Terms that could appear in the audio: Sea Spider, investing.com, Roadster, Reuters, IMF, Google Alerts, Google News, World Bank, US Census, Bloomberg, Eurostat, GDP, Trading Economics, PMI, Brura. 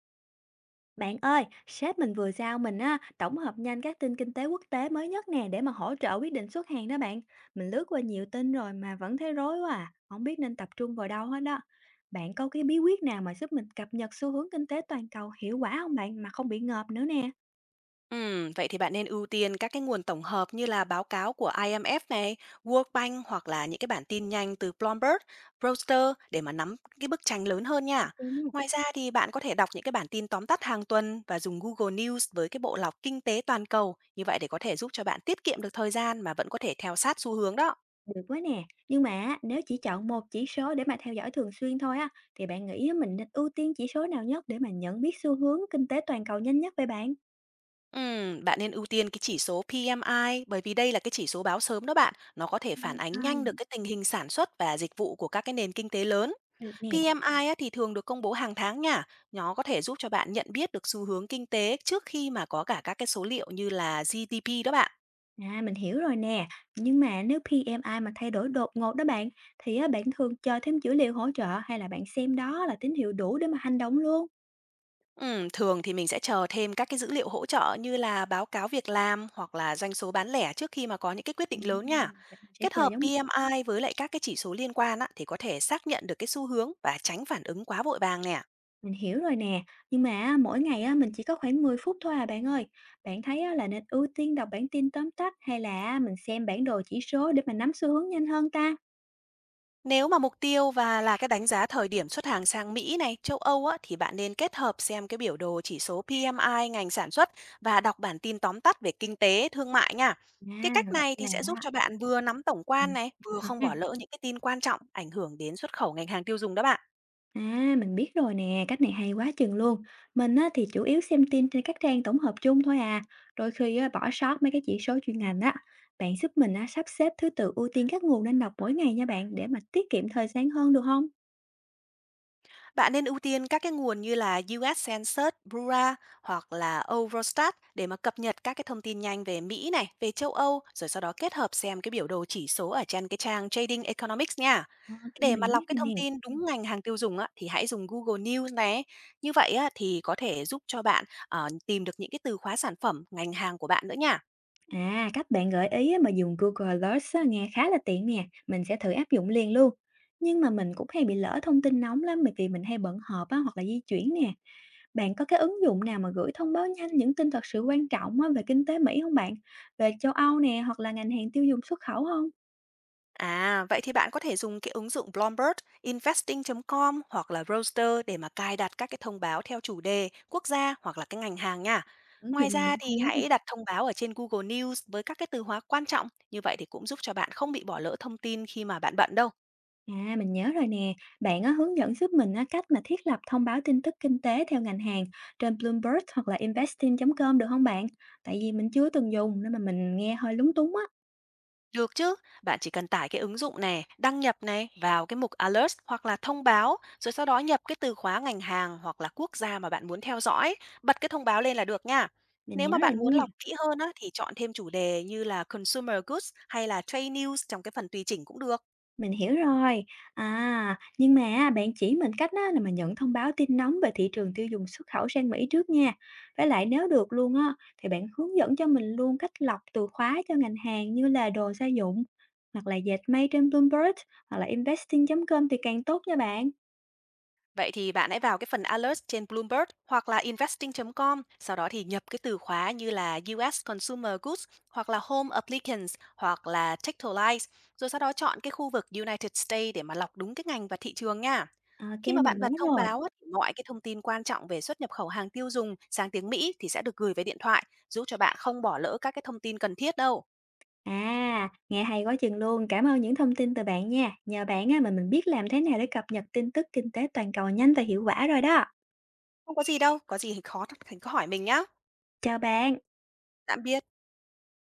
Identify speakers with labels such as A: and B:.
A: Bạn ơi, sếp mình vừa giao mình á, tổng hợp nhanh các tin kinh tế quốc tế mới nhất nè để mà hỗ trợ quyết định xuất hàng đó bạn. Mình lướt qua nhiều tin rồi mà vẫn thấy rối quá à, không biết nên tập trung vào đâu hết đó. Bạn có cái bí quyết nào mà giúp mình cập nhật xu hướng kinh tế toàn cầu hiệu quả không bạn mà không bị ngợp nữa nè?
B: Vậy thì bạn nên ưu tiên các cái nguồn tổng hợp như là báo cáo của IMF này, World Bank hoặc là những cái bản tin nhanh từ Bloomberg, Reuters để mà nắm cái bức tranh lớn hơn nha.
A: Thế
B: Ngoài ra thì bạn có thể đọc những cái bản tin tóm tắt hàng tuần và dùng Google News với cái bộ lọc kinh tế toàn cầu, như vậy để có thể giúp cho bạn tiết kiệm được thời gian mà vẫn có thể theo sát xu hướng đó.
A: được quá nè, nhưng mà á, nếu chỉ chọn một chỉ số để mà theo dõi thường xuyên thôi á, thì bạn nghĩ á, mình nên ưu tiên chỉ số nào nhất để mà nhận biết xu hướng kinh tế toàn cầu nhanh nhất vậy bạn?
B: Bạn nên ưu tiên cái chỉ số PMI bởi vì đây là cái chỉ số báo sớm đó bạn, nó có thể phản
A: Em
B: ánh nhanh
A: ơi,
B: được cái tình hình sản xuất và dịch vụ của các cái nền kinh tế lớn.
A: được nè.
B: PMI á, thì thường được công bố hàng tháng nha. Nó có thể giúp cho bạn nhận biết được xu hướng kinh tế trước khi mà có cả các cái số liệu như là GDP đó bạn.
A: À, mình hiểu rồi nè, nhưng mà nếu BMI mà thay đổi đột ngột đó bạn, thì á, bạn thường chờ thêm dữ liệu hỗ trợ hay là bạn xem đó là tín hiệu đủ để mà hành động luôn?
B: Thường thì mình sẽ chờ thêm các cái dữ liệu hỗ trợ như là báo cáo việc làm hoặc là doanh số bán lẻ trước khi mà có những cái quyết định lớn nha.
A: Bạn sẽ
B: Kết
A: chờ
B: hợp
A: giống
B: PMI với lại các cái chỉ số liên quan á, thì có thể xác nhận được cái xu hướng và tránh phản ứng quá vội vàng nè.
A: mình hiểu rồi nè, nhưng mà á, mỗi ngày á, mình chỉ có khoảng 10 phút thôi à bạn ơi. Bạn thấy á, là nên ưu tiên đọc bản tin tóm tắt hay là mình xem bản đồ chỉ số để mà nắm xu hướng nhanh hơn ta?
B: Nếu mà mục tiêu và là cái đánh giá thời điểm xuất hàng sang Mỹ này, châu Âu á, thì bạn nên kết hợp xem cái biểu đồ chỉ số PMI ngành sản xuất và đọc bản tin tóm tắt về kinh tế, thương mại nha. Cái
A: À,
B: cách này
A: vậy
B: thì sẽ giúp
A: là
B: cho bạn vừa nắm tổng quan này, vừa không bỏ
A: ừm,
B: lỡ những cái tin quan trọng ảnh hưởng đến xuất khẩu ngành hàng tiêu dùng đó bạn.
A: à, mình biết rồi nè, cách này hay quá chừng luôn. Mình á, thì chủ yếu xem tin trên các trang tổng hợp chung thôi à. Đôi khi á, bỏ sót mấy cái chỉ số chuyên ngành á. Bạn giúp mình á, sắp xếp thứ tự ưu tiên các nguồn nên đọc mỗi ngày nha bạn để mà tiết kiệm thời gian hơn được không?
B: Bạn nên ưu tiên các cái nguồn như là US Census, Brura hoặc là Eurostat để mà cập nhật các cái thông tin nhanh về Mỹ này, về châu Âu, rồi sau đó kết hợp xem cái biểu đồ chỉ số ở trên cái trang Trading Economics nha.
A: Ok,
B: Để mà
A: mình
B: lọc
A: biết
B: cái
A: rồi nè.
B: thông tin đúng ngành hàng tiêu dùng á, thì hãy dùng Google News nè. Như vậy á, thì có thể giúp cho bạn tìm được những cái từ khóa sản phẩm, ngành hàng của bạn nữa nha.
A: À, cách bạn gợi ý á, mà dùng Google Alerts á, nghe khá là tiện nè. Mình sẽ thử áp dụng liền luôn. Nhưng mà mình cũng hay bị lỡ thông tin nóng lắm bởi vì mình hay bận họp á, hoặc là di chuyển nè. Bạn có cái ứng dụng nào mà gửi thông báo nhanh những tin thật sự quan trọng á về kinh tế Mỹ không bạn? Về châu Âu nè, hoặc là ngành hàng tiêu dùng xuất khẩu không?
B: À, vậy thì bạn có thể dùng cái ứng dụng Bloomberg, investing.com hoặc là Roadster để mà cài đặt các cái thông báo theo chủ đề, quốc gia hoặc là cái ngành hàng nha.
A: Ứng
B: Ngoài
A: dụng này
B: ra
A: hay
B: thì
A: quá nè.
B: hãy đặt thông báo ở trên Google News với các cái từ khóa quan trọng, như vậy thì cũng giúp cho bạn không bị bỏ lỡ thông tin khi mà bạn bận đâu.
A: À, mình nhớ rồi nè, bạn á hướng dẫn giúp mình á cách mà thiết lập thông báo tin tức kinh tế theo ngành hàng trên Bloomberg hoặc là investing.com được không bạn? Tại vì mình chưa từng dùng nên mà mình nghe hơi lúng túng á,
B: Được chứ, bạn chỉ cần tải cái ứng dụng này, đăng nhập này vào cái mục alert hoặc là thông báo, rồi sau đó nhập cái từ khóa ngành hàng hoặc là quốc gia mà bạn muốn theo dõi, bật cái thông báo lên là được nha.
A: mình
B: Nếu
A: nhớ
B: mà
A: rồi
B: bạn muốn
A: nha.
B: lọc kỹ hơn á, thì chọn thêm chủ đề như là consumer goods hay là trade news trong cái phần tùy chỉnh cũng được.
A: Mình hiểu rồi. À, nhưng mà á, bạn chỉ mình cách á, là mà nhận thông báo tin nóng về thị trường tiêu dùng xuất khẩu sang Mỹ trước nha. Với lại nếu được luôn á, thì bạn hướng dẫn cho mình luôn cách lọc từ khóa cho ngành hàng như là đồ gia dụng, hoặc là dệt may trên Bloomberg, hoặc là investing.com thì càng tốt nha bạn.
B: Vậy thì bạn hãy vào cái phần alert trên Bloomberg hoặc là investing.com, sau đó thì nhập cái từ khóa như là US Consumer Goods hoặc là Home Applicants hoặc là Textiles, rồi sau đó chọn cái khu vực United States để mà lọc đúng cái ngành và thị trường nha.
A: Ok,
B: Khi mà
A: mình
B: bạn
A: nhớ
B: bật thông
A: rồi.
B: báo á, thì mọi cái thông tin quan trọng về xuất nhập khẩu hàng tiêu dùng sang tiếng Mỹ thì sẽ được gửi về điện thoại, giúp cho bạn không bỏ lỡ các cái thông tin cần thiết đâu.
A: À, nghe hay quá chừng luôn. Cảm ơn những thông tin từ bạn nha. Nhờ bạn á, mà mình biết làm thế nào để cập nhật tin tức kinh tế toàn cầu nhanh và hiệu quả rồi đó.
B: Không có gì đâu, có gì thì khó thì cứ hỏi mình nhá.
A: Chào bạn.
B: Tạm biệt.